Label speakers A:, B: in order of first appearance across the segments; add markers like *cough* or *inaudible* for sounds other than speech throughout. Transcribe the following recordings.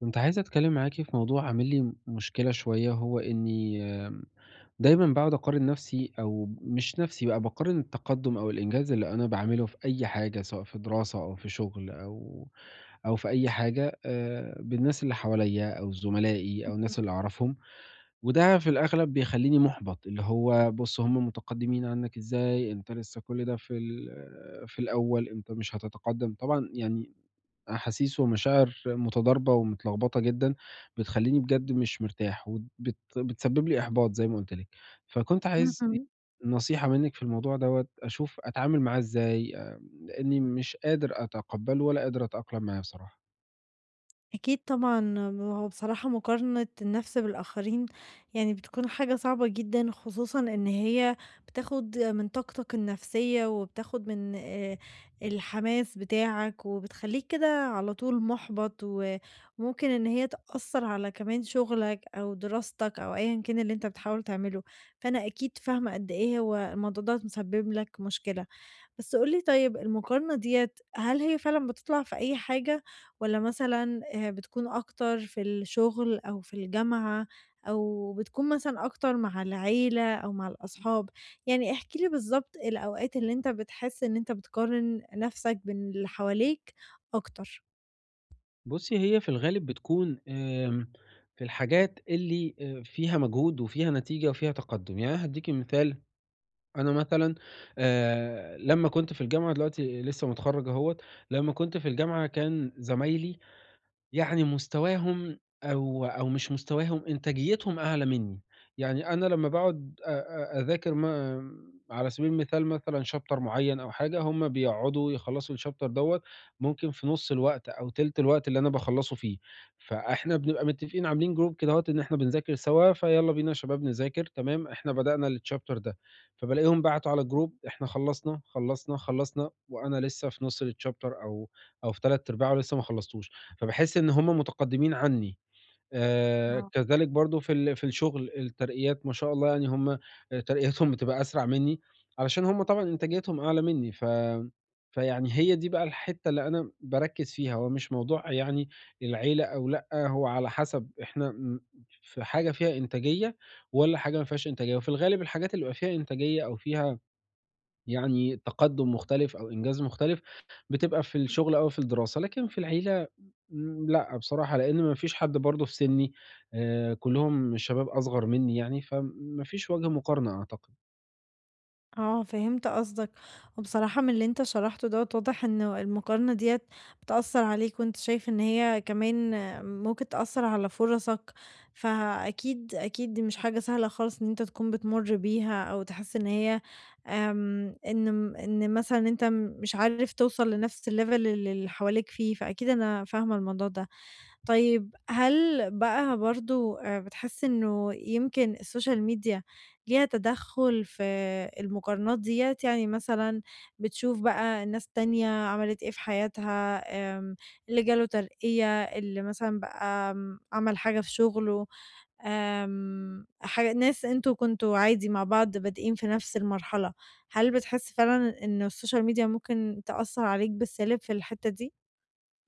A: كنت عايز أتكلم معاكِ في موضوع عامل لي مشكلة شوية، هو إني دايمًا باقعد أقارن نفسي أو مش نفسي بقى، باقارن التقدُّم أو الإنجاز اللي أنا باعمله في أي حاجة، سواء في دراسة أو في شغل أو في أي حاجة بالناس اللي حواليّا أو زملائي أو الناس اللي أعرفهم، وده في الأغلب بيخلّيني مُحبَط، اللي هو بُص هم متقدِّمين عنّك إزاي، أنت لسه كل ده في الأول، أنت مش هتتقدَّم، طبعًا يعني أحاسيس ومشاعر متضاربة ومتلخبطة جدًا، بتخلّيني بجد مش مرتاح، بتسبب لي إحباط زي ما قُلت لِك، فكنت عايز
B: اهم.
A: نصيحة منِّك في الموضوع دوّة، أشوف أتعامل معاه إزاي، لإني مش قادر أتقبّله ولا قادر أتأقلم معاه بصراحة.
B: أكيد طبعًا، هو بصراحة مقارنة النَفْس بالآخرين يعني بتكون حاجة صعبة جدًا، خصوصًا إن هي بتاخُد من طاقتك النَفْسية وبتاخُد من الحماس بتاعك وبتخلّيك كده على طول مُحبَط وممكن إن هي تأثّر على كمان شُغلك أو دراستك أو أيًا كان اللي أنت بتحاول تعمله، فأنا أكيد فاهمة قد إيه هو الموضوع دوّة مسبِّب لك مشكلة. بس قُل لي طيب المقارنة ديّة هل هي فعلًا بتطلع في أي حاجة والّا مثلًا بتكون أكتر في الشغل أو في الجامعة أو بتكون مثلًا أكتر مع العيلة أو مع الأصحاب؟ يعني احكِ لي بالضبط الأوقات اللي أنت بتحس إن أنت بتقارن نَفْسك بين اللي حواليك أكتر.
A: بُصّي، هي في الغالب بتكون في الحاجات اللي فيها مجهود وفيها نتيجة وفيها تقدُّم، يعني أنا هادّيكِ مثال أنا مثلًا لمّا كنت في الجامعة دلوقتي لسه متخرّج أهوّة، لمّا كنت في الجامعة كان زمايلي يعني مستواهم أو مش مستواهم، إنتاجيتهم أعلى منّي، يعني أنا لمّا باقعد أ أ أذاكر ما على سبيل المثال مثلًا chapter معيّن أو حاجة، هُم بيقعدوا يخلّصوا الchapter دوّة ممكن في نُص الوقت أو تِلت الوقت اللي أنا باخلّصه فيه، فإحنا بنبقى متفقين عاملين group كدهوّة إن إحنا بنذاكر سوا، فيالّا بينا يا شباب نذاكر تمام، إحنا بدأنا الchapter ده، فبالاقيهم بعتوا على الgroup إحنا خلّصنا، خلّصنا، خلّصنا وأنا لسه في نُص الchapter أو في تلات أرباعه لسه ما خلّصتوش. فباحس إن هُم متقدّمين عني.
B: آه.
A: كذلك برضه في الشغل، الترقيات ما شاء الله يعني ترقياتهم بتبقى أسرع منّي، علشان هُم طبعًا إنتاجيتهم أعلى منّي، فيعني هي دي بقى الحتّة اللي أنا باركّز فيها، هو مش موضوع يعني العيلة أو لأ، هو على حسب إحنا في حاجة فيها إنتاجية والّا حاجة ما فيهاش إنتاجية، وفي الغالب الحاجات اللي بيبقى فيها إنتاجية أو فيها يعني تقدُّم مختلف أو إنجاز مختلف، بتبقى في الشغل أو في الدراسة، لكن في العيلة لأ بصراحة، لإن ما فيش حد برضه في سِنّي، كلّهم شباب أصغر منّي يعني، فما فيش وجه مقارنة أعتقد.
B: آه، فهمت قصدك، وبصراحة من اللي أنت شرحته دوّة واضح إنه المقارنة ديّة بتأثّر عليك وأنت شايف إن هي كمان ممكن تأثّر على فرصك، فأكيد دي مش حاجة سهلة خالص إن أنت تكون بتمُر بيها أو تحس إن هي آمم، إن مثلًا أنت مش عارف توصل لنفس الlevel اللي حواليك فيه، فأكيد أنا فاهمة الموضوع ده. طيب هل بقى برضه بتحس إنه يمكن السوشيال ميديا ليها تدخُّل في المقارنات ديّة؟ يعني مثلًا بتشوف بقى الناس التانية عملت إيه في حياتها، آمم، اللي جاله ترقية، اللي مثلًا بقى آمم، عمل حاجة في شُغله، آمم، حاجة ناس أنتم كنتم عادي مع بعض بادئين في نفس المرحلة، هل بتحس فعلًا إنه السوشيال ميديا ممكن تأثّر عليك بالسالب في الحتّة دي؟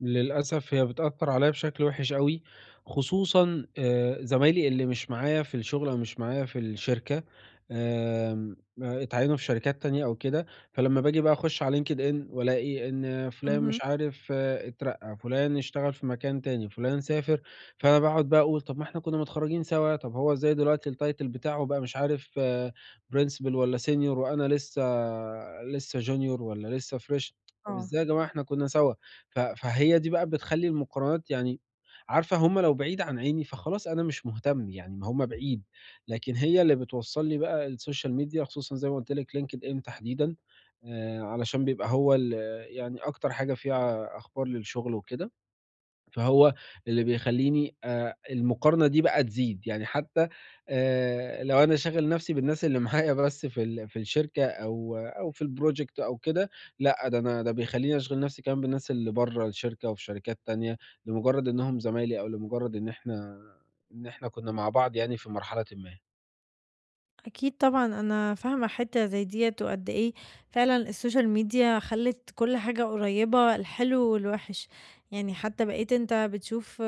A: للأسف هي بتأثّر عليَّ بشكل وِحِش أوي، خصوصًا زمايلي اللي مش معايا في الشغل أو مش معايا في الشركة، آمم اتعيّنوا في شركات تانية أو كده، فلمّا باجي بقى أخُش على LinkedIn والاقي إن فُلان مش
B: اهم،
A: عارف اترقّى، فُلان اشتغل في مكان تاني، فُلان سافر، فأنا باقعد بقى أقول طَب ما إحنا كُنّا متخرّجين سَوا، طَب هو إزاي دلوقتي الtitle بتاعه بقى مش عارف principal والّا senior وأنا لسّه junior والّا لسّه fresh طَب
B: آه.
A: إزاي يا جماعة إحنا كُنّا سَوا؟ فهي دي بقى بتخلّي المقارنات يعني عارفة هُم لو بعيد عن عيني فخلاص أنا مش مهتم، يعني ما هُم بعيد، لكن هي اللي بتوصّل لي بقى السوشيال ميديا خصوصًا زي ما قُلت لِك LinkedIn تحديدًا، علشان بيبقى هو ال يعني أكتر حاجة فيها أخبار للشغل وكده. فهو اللي بيخلّيني المقارنة دي بقى تزيد، يعني حتى لو أنا شاغل نفسي بالناس اللي *laughs* معايا بس في الشركة أو في الproject أو كده، لأ ده بيخلّيني أشغل نفسي كمان بالناس اللي برّه الشركة وفي شركات تانية، لمجرد إنهم زمايلي أو لمجرد إن إحنا كنا مع بعض يعني في مرحلةٍ ما.
B: أكيد طبعًا، أنا فاهمة حِتّة زي ديّة وقد إيه فعلًا السوشيال ميديا خلِّت كل حاجة قريّبة، الحلو والوِحِش، يعني حتى بقيت أنت بتشوف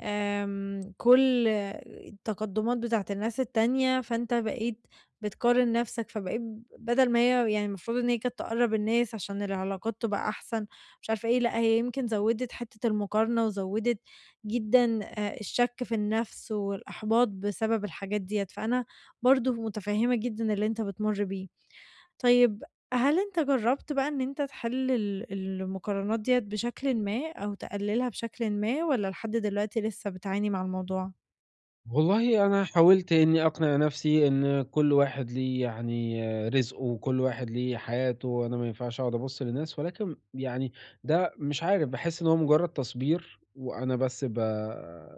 B: آمم كل التقدُّمات بتاعة الناس التانية، فأنت بقيت بتقارن نَفْسك، فبقيت بدل ما هي يعني المفروض إن هي كانت تقرّب الناس عشان العلاقات تبقى أحسن، مش عارفة إيه، لأ هي يمكن زوّدت حِتّة المقارنة وزوّدت جدًا الشَك في النَفْس والإحباط بسبب الحاجات ديّة، فأنا برضه متفهمة جدًا اللي أنت بتمُر بيه. طيب هل أنت جرّبت بقى إن أنت تحل المقارنات ديّة بشكلٍ ما أو تقللها بشكلٍ ما والّا لحد دلوقتي لسه بتعاني مع الموضوع؟
A: والله أنا حاولت إنّي أقنع نَفْسي إن كل واحد ليه يعني رزقه، وكل واحد ليه حياته، وأنا ما ينفعش أقعد أبُص للناس، ولكن يعني ده مش عارف، باحس إن هو مجرّد تصبير، وأنا بس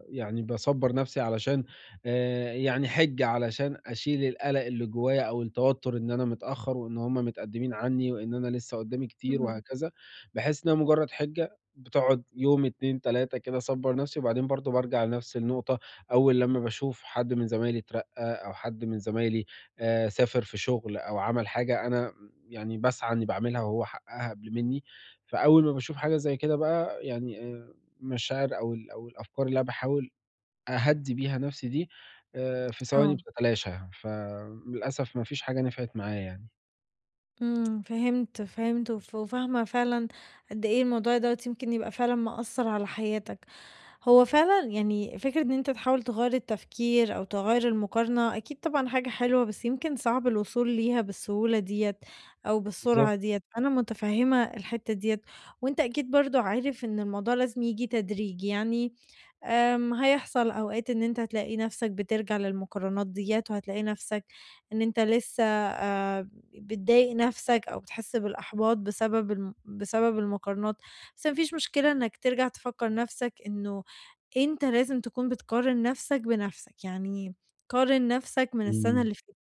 A: يعني باصبّر نَفْسي علشان يعني حِجة علشان أشيل القلق اللي جوّايا أو التوتُّر إن أنا متأخّر وإن هم متقدّمين عنّي وإن أنا لسّه قُدّامي كتير
B: اهم،
A: وهكذا، باحس إنّها مجرّد حِجة بتقعد يوم، 2، 3 كده أصبّر نَفْسي وبعدين برضه بارجع لنَفْس النقطة أول لمّا باشوف حد من زمايلي اترقّى أو حد من زمايلي سافر في شغل أو عمل حاجة أنا يعني باسعى إنّي باعملها وهو حقّقها قبل منّي، فأول ما باشوف حاجة زي كده بقى يعني المشاعر أو الأفكار اللي أنا باحاول أهدّي بيها نَفْسي دي في ثواني
B: آه،
A: بتتلاشى، فللأسف ما فيش حاجة نفعت معايا يعني.
B: إمم، فهمت، فهمت وفاهمة فعلًا قد إيه الموضوع دوّة يمكن يبقى فعلًا مأثّر على حياتك. هو فعلًا يعني فكرة إن أنت تحاول تغيّر التفكير أو تغيّر المقارنة أكيد طبعًا حاجة حلوة، بس يمكن صعب الوصول ليها بالسهولة ديّة أو
A: بالضبط.
B: بالسرعة ديّة، أنا متفهمة الحتّة ديّة، وأنت أكيد برضه عارف إن الموضوع لازم ييجي تدريجي، يعني آمم، هيحصل أوقات إن أنت هتلاقي نفْسك بترجع للمقارنات ديّة، وهتلاقي نفْسك إن أنت لسه بتضايق نفْسك أو بتحس بالإحباط بسبب المقارنات، بس ما فيش مشكلة إنك ترجع تفكّر نفْسك إنه أنت لازم تكون بتقارن نفسك بنفسك، يعني قارن نفسك من السنة
A: إمم.
B: اللي فاتت،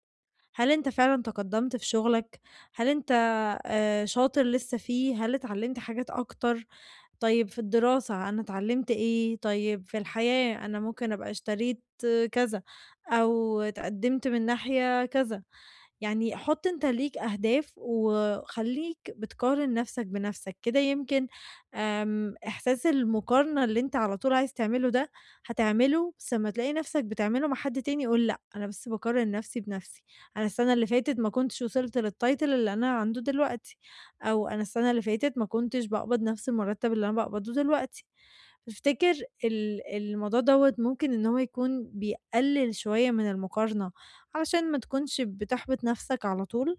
B: هل أنت فعلًا تقدّمت في شغلك؟ هل أنت شاطر لسه فيه؟ هل اتعلّمت حاجات أكتر؟ طيب في الدراسة أنا اتعلّمت إيه؟ طيب في الحياة أنا ممكن أبقى اشتريت كذا أو اتقدّمت من ناحية كذا. يعني حُط أنت ليك أهداف، وخلّيك بتقارن نَفْسك بنَفْسك، كده يمكن آمم، إحساس المقارنة اللي أنت على طول عايز تعمله ده، هتعمله بس أمّا تلاقي نَفْسك بتعمله مع حد تاني قُل لأ، أنا بس باقارن نَفْسي بنَفْسي، أنا السنة اللي فاتت ما كنتش وصلت للtitle اللي أنا عنده دلوقتي، أو أنا السنة اللي فاتت ما كنتش باقبض نَفْس المرتب اللي أنا باقبضه دلوقتي. تفتكر ال الموضوع دوّة ممكن إن هو يكون بيقلل شوية من المقارنة علشان ما تكونش بتحبط نفسك على طول؟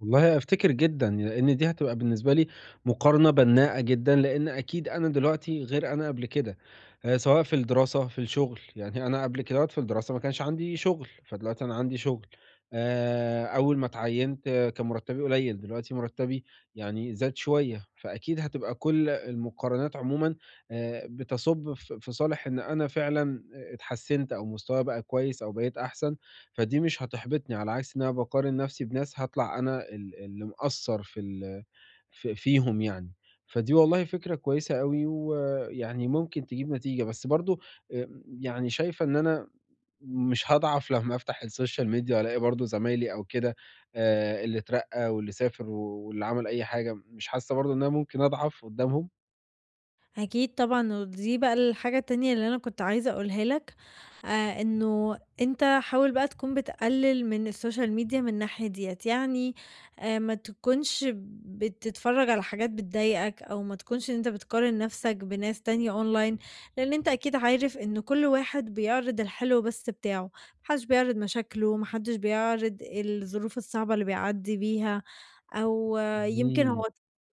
A: والله أفتكر جدًا، لإن دي هتبقى بالنسبة لي مقارنة بناءة جدًا، لإن أكيد أنا دلوقتي غير أنا قبل كده، سواء في الدراسة، في الشغل، يعني أنا قبل كدهوّة في الدراسة ما كانش عندي شغل، فدلوقتي أنا عندي شغل، أول ما اتعيّنت كان مرتبي قليل، دلوقتي مرتبي يعني زاد شوية، فأكيد هتبقى كل المقارنات عمومًا بتصُب في صالح إن أنا فعلًا اتحسّنت أو مستوايا بقى كويس أو بقيت أحسن. فدي مش هتحبطني، على عكس إن أنا باقارن نفسي بناس هاطلع أنا اللي مقصّر في ال ف فيهم يعني. فدي والله فكرة كويسة أوي، ويعني ممكن تجيب نتيجة، بس برضه يعني شايفة إن أنا مش هاضعف لمّا أفتح السوشيال ميديا وألاقي برضه زمايلي أو كده اللي اترقّى واللي سافر واللي عمل أي حاجة، مش حاسة برضه إن أنا ممكن أضعف قدّامهم؟
B: أكيد طبعًا، ودي بقى الحاجة التانية اللي أنا كنت عايزة أقولها لك، إنه أنت حاول بقى تكون بتقلل من الSocial Media من الناحية ديّة، يعني ما تكونش بتتفرج على حاجات بتضايقك، أو ما تكونش إن أنت بتقارن نفسك بناس تانية Online، لأن أنت أكيد عارف إن كل واحد بيعرض الحلو بس بتاعه، ما حدش بيعرض مشاكله، ما حدش بيعرض الظروف الصعبة اللي بيعدي بيها، أو آه، يمكن
A: إمم،
B: هو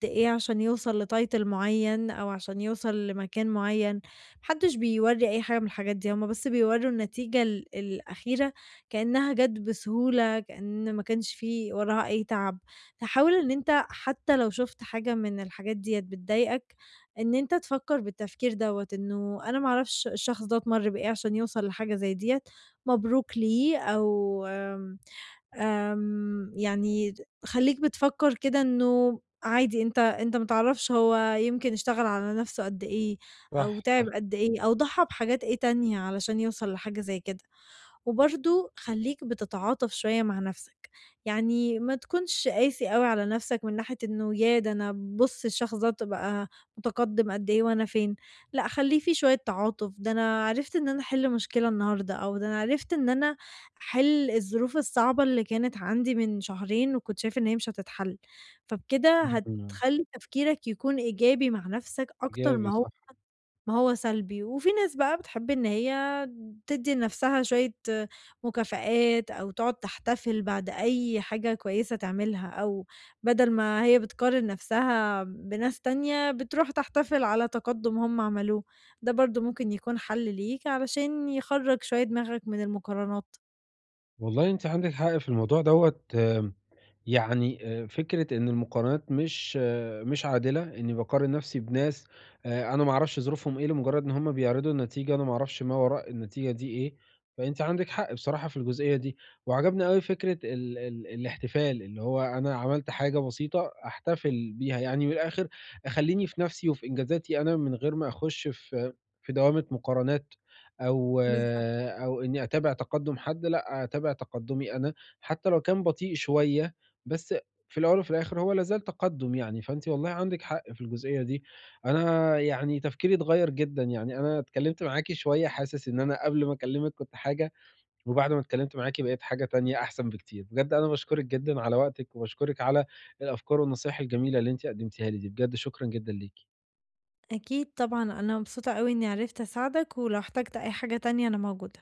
B: قد إيه عشان يوصل لtitle معيّن أو عشان يوصل لمكان معيّن، ما حدش بيورّي أي حاجة من الحاجات دي، هُم بس بيورّوا النتيجة الأخيرة كإنها جات بسهولة، كإن ما كانش في وراها أي تعب. فحاول إن أنت حتى لو شُفت حاجة من الحاجات ديّة بتضايقك، إن أنت تفكّر بالتفكير دوّة، إنه أنا ما أعرفش الشخص ده اتمَر بإيه عشان يوصل لحاجة زي ديّة، مبروك ليه أو آمم آمم، يعني خلّيك بتفكّر كده إنه عادي أنت ما تعرفش هو يمكن اشتغل على نَفْسه قد إيه، أو
A: صح،
B: تعب
A: صح،
B: قد إيه، أو ضحّى بحاجات إيه تانية علشان يوصل لحاجة زي كده. وبرضه خلّيك بتتعاطف شوية مع نَفْسك، يعني ما تكونش قاسي أوي على نَفْسك من ناحية إنه ياه! ده أنا بُص الشخص ده بقى متقدِّم قد إيه وأنا فين، لأ خلّي في شوية تعاطف، ده أنا عرفت إن أنا أحِل مشكلة النهارده، أو ده أنا عرفت إن أنا أحِل الظروف الصعبة اللي كانت عندي من شهرين وكنت شايف إن هي مش هتتحل، فبكده
A: إمم،
B: هتخلّي تفكيرك يكون إيجابي مع نَفْسك أكتر
A: إيجابي
B: ما هو
A: صح.
B: ما هو سلبي، وفي ناس بقى بتحب إن هي تدّي لنفسها شوية مكافآت، أو تقعد تحتفل بعد أي حاجة كويسة تعملها، أو بدل ما هي بتقارن نفسها بناس تانية، بتروح تحتفل على تقدُّم هم عملوه، ده برضه ممكن يكون حل ليك علشان يخرّج شوية دماغك من المقارنات.
A: والله أنتِ عندِك حق في الموضوع دوّة، يعني فكرة إن المقارنات مش عادلة، إني باقارن نفسي بناس أنا ما أعرفش ظروفهم إيه، لمجرد إن هُم بيعرضوا النتيجة، أنا ما أعرفش ما وراء النتيجة دي إيه، فأنتِ عندِك حق بصراحة في الجزئية دي، وعجبني أوي فكرة ال ال الاحتفال، اللي هو أنا عملت حاجة بسيطة أحتفل بيها، يعني من الآخر أخلّيني في نفسي وفي إنجازاتي أنا من غير ما أخش في دوامة مقارنات. أو
B: بالضبط.
A: أو إنّي أتابع تقدُّم حد، لأ، أتابع تقدُّمي أنا، حتى لو كان بطيء شوية، بس في الأول وفي الآخِر هو لا زال تقدُّم يعني، فأنتِ والله عندِك حق في الجزئية دي. أنا يعني تفكيري اتغيّر جدًا، يعني أنا اتكلّمت معاكِ شوية حاسس إن أنا قبل ما أكلّمِك كنت حاجة وبعد ما اتكلّمت معاكِ بقيت حاجة تانية أحسن بكتير. بجد أنا باشكرِك جدًا على وقتِك وباشكرِك على الأفكار والنصايح الجميلة اللي أنتِ قدّمتيها لي دي، بجد شكرًا جدًا ليكِ.
B: أكيد طبعًا، أنا مبسوطة أوي إني عرفت أساعدك، ولو احتجت أي حاجة تانية أنا موجودة.